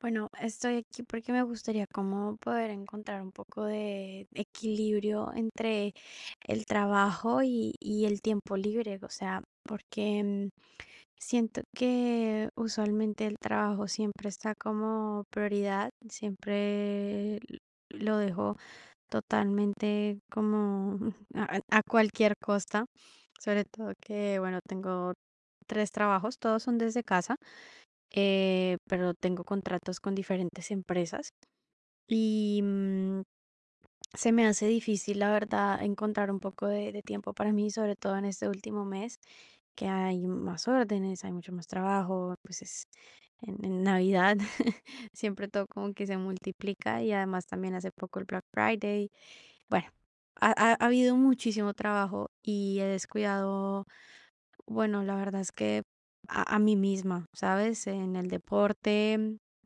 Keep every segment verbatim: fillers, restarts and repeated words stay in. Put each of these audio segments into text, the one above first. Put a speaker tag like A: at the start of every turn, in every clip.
A: Bueno, estoy aquí porque me gustaría como poder encontrar un poco de equilibrio entre el trabajo y, y el tiempo libre, o sea, porque mm, siento que usualmente el trabajo siempre está como prioridad, siempre l- lo dejo totalmente como a, a cualquier costa, sobre todo que, bueno, tengo tres trabajos, todos son desde casa, eh, pero tengo contratos con diferentes empresas y mm, se me hace difícil, la verdad, encontrar un poco de, de tiempo para mí, sobre todo en este último mes, que hay más órdenes, hay mucho más trabajo, pues es en, en Navidad siempre todo como que se multiplica y además también hace poco el Black Friday. Bueno, ha, ha ha habido muchísimo trabajo y he descuidado, bueno, la verdad es que a, a mí misma, ¿sabes? En el deporte,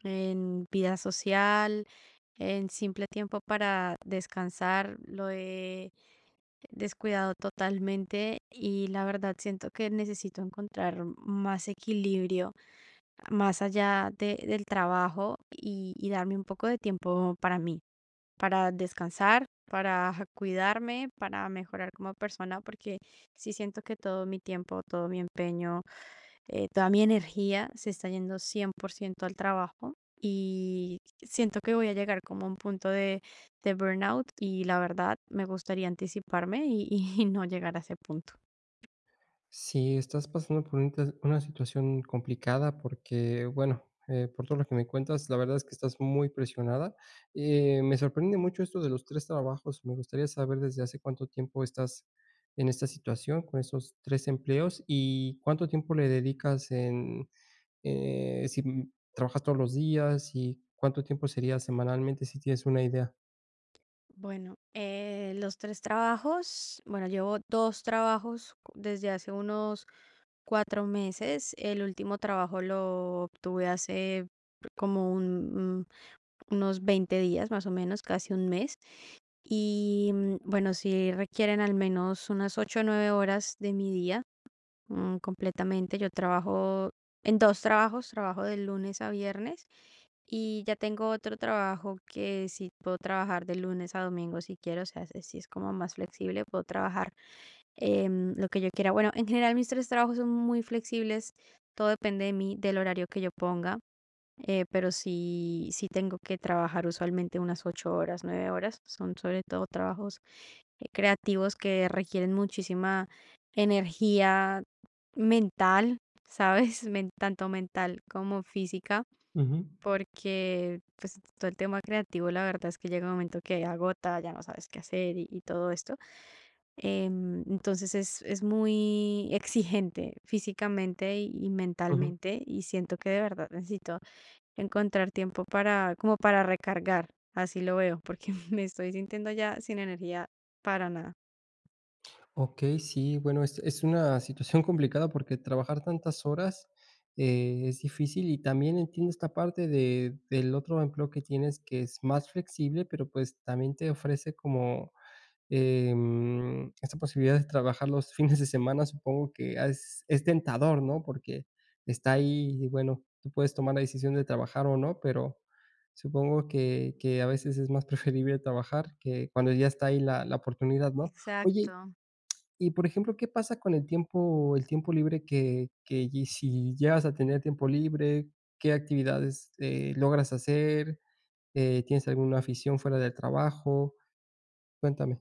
A: en vida social, en simple tiempo para descansar, lo he descuidado totalmente y la verdad siento que necesito encontrar más equilibrio más allá de- del trabajo y, y darme un poco de tiempo para mí, para descansar, para cuidarme, para mejorar como persona, porque sí siento que todo mi tiempo, todo mi empeño, eh, toda mi energía se está yendo cien por ciento al trabajo y siento que voy a llegar como a un punto de, de burnout y la verdad me gustaría anticiparme y y no llegar a ese punto.
B: Si estás pasando por un tes- una situación complicada porque, bueno, eh, por todo lo que me cuentas, la verdad es que estás muy presionada. Eh, me sorprende mucho esto de los tres trabajos. Me gustaría saber desde hace cuánto tiempo estás en esta situación con estos tres empleos y cuánto tiempo le dedicas en, eh, si mm, trabajas todos los días y cuánto tiempo sería semanalmente, si tienes una idea.
A: Bueno, eh, los tres trabajos, bueno, llevo dos trabajos cu- desde hace unos cuatro meses. El último trabajo lo obtuve hace como un, mm, unos veinte días, más o menos, casi un mes. Y mm, bueno, sí requieren al menos unas ocho, o nueve horas de mi día. Mm, completamente. Yo trabajo en dos trabajos, trabajo de lunes a viernes y ya tengo otro trabajo que sí puedo trabajar de lunes a domingo si quiero, o sea, si es sí es como más flexible, puedo trabajar em, lo que yo quiera. Bueno, en general mis tres trabajos son muy flexibles, todo depende de mí, del horario que yo ponga. Eh, pero sí, sí tengo que trabajar usualmente unas ocho horas, nueve horas. Son sobre todo trabajos eh, creativos que requieren muchísima energía mental, ¿sabes? Men- tanto mental como física,
B: Ujú,
A: porque pues todo el tema creativo, la verdad es que llega un momento que agota, ya no sabes qué hacer y, y todo esto. Em, entonces es, es muy exigente físicamente y y
B: ujú.
A: mentalmente y siento que de verdad necesito encontrar tiempo para, como para recargar, así lo veo, porque me estoy sintiendo ya sin energía para nada.
B: Okey, sí, bueno, es es una situación complicada porque trabajar tantas horas, eh, es difícil y también entiendo esta parte de del otro empleo que tienes que es más flexible, pero, pues, también te ofrece como, em, esta posibilidad de trabajar los fines de semana. Supongo que es es tentador, ¿no? Porque está ahí y, bueno, tú puedes tomar la decisión de trabajar o no, pero supongo que que a veces es más preferible trabajar que cuando ya está ahí la la oportunidad, ¿no? Oye,
A: Exacto.
B: y, por ejemplo, ¿qué pasa con el tiempo el tiempo libre que que y si llegas a tener tiempo libre? ¿Qué actividades, eh, logras hacer? Eh, ¿tienes alguna afición fuera del trabajo? Cuéntame.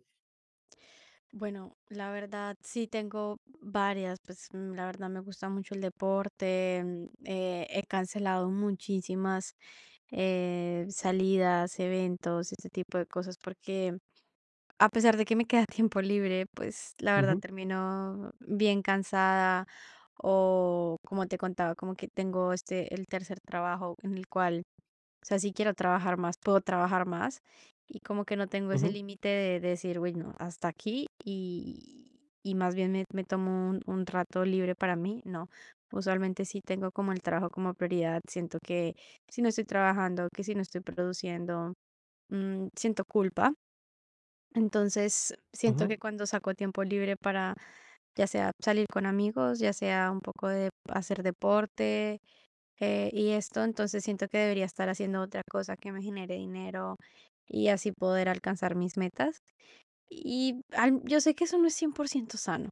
A: Bueno, la verdad sí tengo varias, pues mm, la verdad me gusta mucho el deporte, mm, eh, he cancelado muchísimas eh, salidas, eventos, este tipo de cosas, porque a pesar de que me queda tiempo libre, pues la verdad
B: Ujú,
A: termino bien cansada, o como te contaba, como que tengo este el tercer trabajo en el cual, o sea, si quiero trabajar más, puedo trabajar más y como que no tengo ese
B: ujú,
A: límite de decir, bueno, hasta aquí y, y más bien me, me tomo un, un rato libre para mí, no. Usualmente sí tengo como el trabajo como prioridad, siento que si no estoy trabajando, que si no estoy produciendo, mm, siento culpa, entonces, siento que
B: ujú,
A: cuando saco tiempo libre para, ya sea salir con amigos, ya sea un poco de hacer deporte, eh, y esto, entonces siento que debería estar haciendo otra cosa que me genere dinero y así poder alcanzar mis metas. Y al- yo sé que eso no es cien por ciento sano.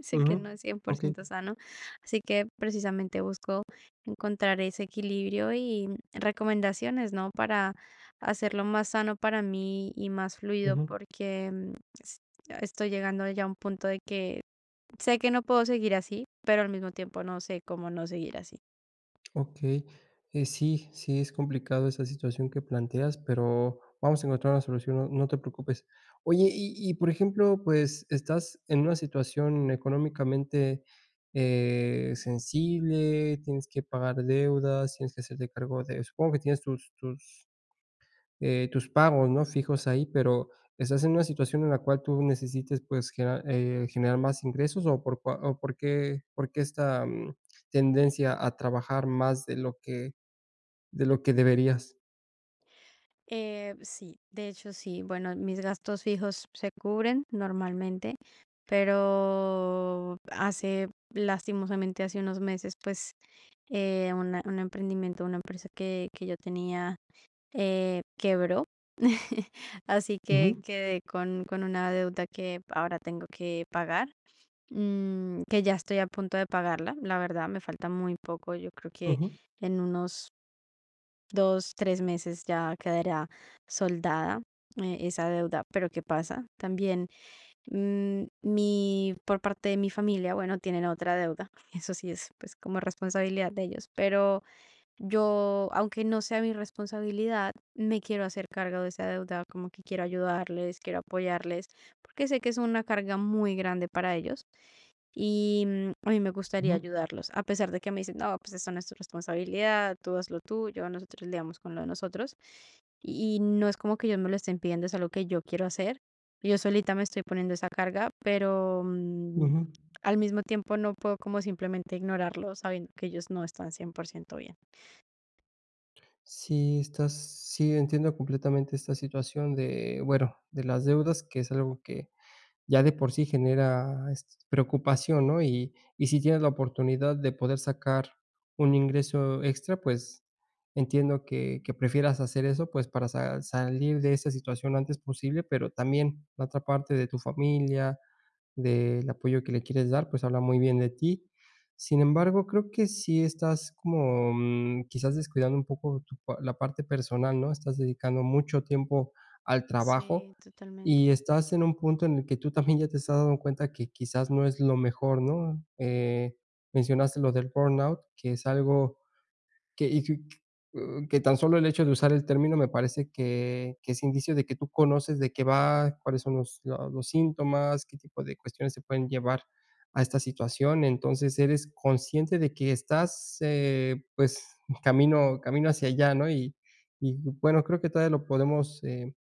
A: Sé
B: ujú.
A: que no es cien por
B: Okey,
A: ciento sano, así que precisamente busco encontrar ese equilibrio y recomendaciones, ¿no? Para hacerlo más sano para mí y más fluido,
B: ujú.
A: porque mm, s- estoy llegando ya a un punto de que sé que no puedo seguir así, pero al mismo tiempo no sé cómo no seguir así.
B: Okey, eh, sí, sí, es complicado esa situación que planteas, pero vamos a encontrar una solución, no no te preocupes. Oye, y y, por ejemplo, pues, ¿estás en una situación económicamente, eh, sensible? ¿Tienes que pagar deudas? ¿Tienes que hacerte cargo de supongo que tienes tus tus eh, tus pagos, ¿no?, fijos ahí, pero estás en una situación en la cual tú necesites, pues, generar, eh, generar más ingresos, o por cua o por qué por qué esta, mm, tendencia a trabajar más de lo que de lo que deberías.
A: Eh, sí, de hecho sí, bueno, mis gastos fijos se cubren normalmente, pero hace lastimosamente hace unos meses pues eh, una- un emprendimiento, una empresa que, que yo tenía, eh, quebró. Así que
B: Ujú.
A: quedé con, con una deuda que ahora tengo que pagar, mm, que ya estoy a punto de pagarla. La verdad, me falta muy poco. Yo creo que
B: Ujú,
A: en unos dos, tres meses ya quedará soldada, eh, esa deuda, pero ¿qué pasa? También mm, mi, por parte de mi familia, bueno, tienen otra deuda, eso sí es pues como responsabilidad de ellos, pero yo, aunque no sea mi responsabilidad, me quiero hacer cargo de esa deuda, como que quiero ayudarles, quiero apoyarles, porque sé que es una carga muy grande para ellos y mm, a mí me gustaría
B: ujú,
A: ayudarlos, a pesar de que me dicen, no, pues eso no es tu responsabilidad, tú haz lo tuyo, nosotros lidiamos con lo de nosotros. Y no es como que ellos me lo estén pidiendo, es algo que yo quiero hacer. Yo solita me estoy poniendo esa carga, pero mm,
B: ujú.
A: al mismo tiempo no puedo como simplemente ignorarlo sabiendo que ellos no están cien por ciento bien.
B: Sí, estás sí, entiendo completamente esta situación de, bueno, de las deudas, que es algo que ya de por sí genera, este, preocupación, ¿no? Y y si tienes la oportunidad de poder sacar un ingreso extra, pues, entiendo que que prefieras hacer eso, pues, para sa salir de esa situación antes posible, pero también la otra parte de tu familia, del apoyo que le quieres dar, pues, habla muy bien de ti. Sin embargo, creo que sí estás como, mm, quizás descuidando un poco tu pa la parte personal, ¿no? Estás dedicando mucho tiempo al trabajo
A: Sí,
B: y
A: totalmente.
B: estás en un punto en el que tú también ya te estás dando cuenta que quizás no es lo mejor, ¿no? Eh, mencionaste lo del burnout, que es algo que y que que tan solo el hecho de usar el término me parece que que es indicio de que tú conoces de qué va, cuáles son los lo los síntomas, qué tipo de cuestiones se pueden llevar a esta situación. Entonces, eres consciente de que estás, eh, pues, camino camino hacia allá, ¿no? Y y bueno, creo que todavía lo podemos, eh,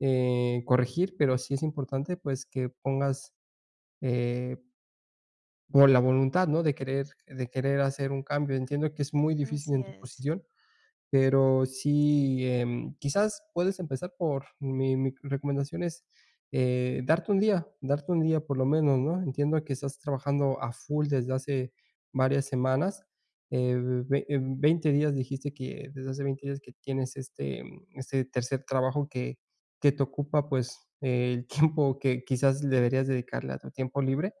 B: eh, corregir, pero sí es importante, pues, que pongas, eh, por la voluntad, ¿no?, de querer de querer hacer un cambio. Entiendo que es muy difícil
A: Así
B: en tu
A: es.
B: posición, pero sí, em, quizás puedes empezar por mi mi recomendación es, eh, darte un día, darte un día por lo menos, ¿no? Entiendo que estás trabajando a full desde hace varias semanas, eh, ve em, veinte días dijiste que desde hace veinte días que tienes este, mm, este tercer trabajo que que te ocupa, pues, eh, el tiempo que quizás deberías dedicarle a tu tiempo libre.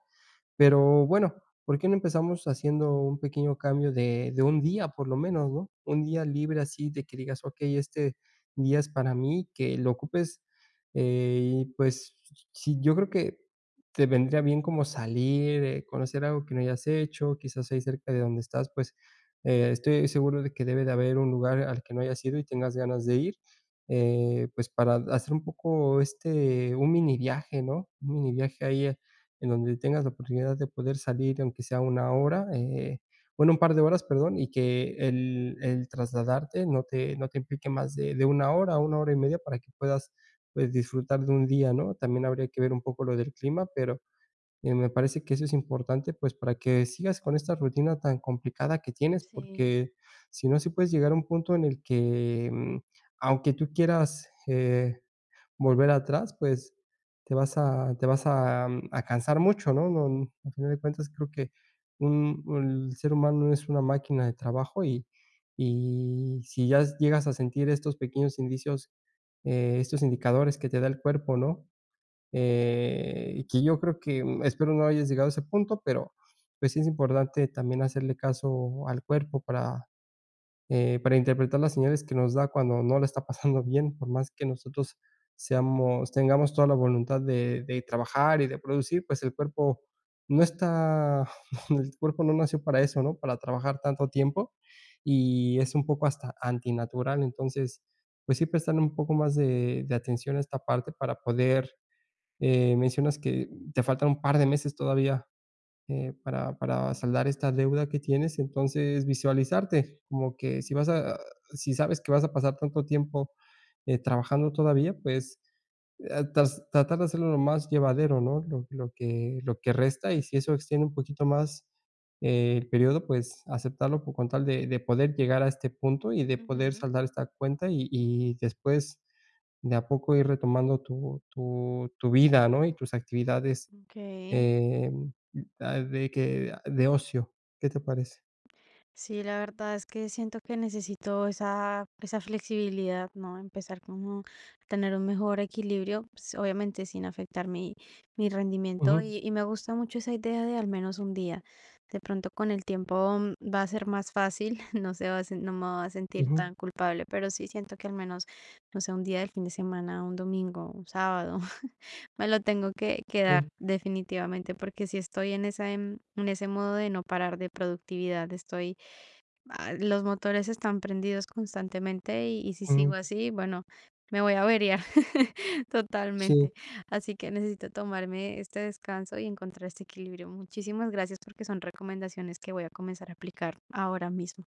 B: Pero bueno, ¿por qué no empezamos haciendo un pequeño cambio de de un día, por lo menos, no? Un día libre así de que digas: "Okey, este día es para mí", que lo ocupes, eh, y pues, sí, yo creo que te vendría bien como salir, eh, conocer algo que no hayas hecho, quizás ahí cerca de donde estás, pues, eh, estoy seguro de que debe de haber un lugar al que no hayas ido y tengas ganas de ir, eh, pues, para hacer un poco, este, un mini viaje, ¿no? Un mini viaje ahí, en donde tengas la oportunidad de poder salir, aunque sea una hora, eh, bueno, un par de horas, perdón, y que el el trasladarte no te no te implique más de de una hora, una hora y media para que puedas, pues, disfrutar de un día, ¿no? También habría que ver un poco lo del clima, pero, eh, me parece que eso es importante, pues, para que sigas con esta rutina tan complicada que tienes,
A: Sí.
B: porque si no, sí puedes llegar a un punto en el que, mm, aunque tú quieras, eh volver atrás, pues, te vas a te vas a, mm, a cansar mucho, ¿no? No, n al final de cuentas, creo que un un- el ser humano no es una máquina de trabajo y y si ya llegas a sentir estos pequeños indicios, eh, estos indicadores que te da el cuerpo, ¿no? Eh, y que yo creo que, mm, espero no hayas llegado a ese punto, pero, pues, sí es importante también hacerle caso al cuerpo para eh, para interpretar las señales que nos da cuando no la está pasando bien, por más que nosotros seamos tengamos toda la voluntad de de trabajar y de producir, pues, el cuerpo no está el cuerpo no nació para eso, ¿no? Para trabajar tanto tiempo, y es un poco hasta antinatural. Entonces, pues sí, prestarle un poco más de de atención a esta parte para poder eh, mencionas que te faltan un par de meses todavía eh, para para saldar esta deuda que tienes. Entonces, visualizarte, como que si vas a si sabes que vas a pasar tanto tiempo, eh, trabajando todavía, pues, eh, tras tratar de hacerlo lo más llevadero, ¿no? Lo lo que lo que resta, y si eso extiende un poquito más eh, el periodo, pues, aceptarlo po- con tal de de poder llegar a este punto y de poder
A: Ujú.
B: saldar esta cuenta, y y después, de a poco ir retomando tu tu tu vida, ¿no? Y tus actividades.
A: OK.
B: Em, ah, de que de ocio, ¿qué te parece?
A: Sí, la verdad es que siento que necesito esa, esa flexibilidad, ¿no? Empezar como a tener un mejor equilibrio, pues, obviamente sin afectar mi, mi rendimiento.
B: Ujú,
A: Y, y me gusta mucho esa idea de al menos un día. De pronto con el tiempo mm, va a ser más fácil, no se va a, sen- no me va a sentir
B: ujú,
A: tan culpable, pero sí siento que al menos, no sé, un día del fin de semana, un domingo, un sábado. Me lo tengo que, que
B: sí,
A: dar definitivamente porque si estoy en esa, em, en ese modo de no parar de productividad, estoy, ah, los motores están prendidos constantemente y, y si
B: ujú,
A: sigo así, bueno, me voy a averiar
B: sí.
A: totalmente. Así que necesito tomarme este descanso y encontrar este equilibrio. Muchísimas gracias porque son recomendaciones que voy a comenzar a aplicar ahora mismo.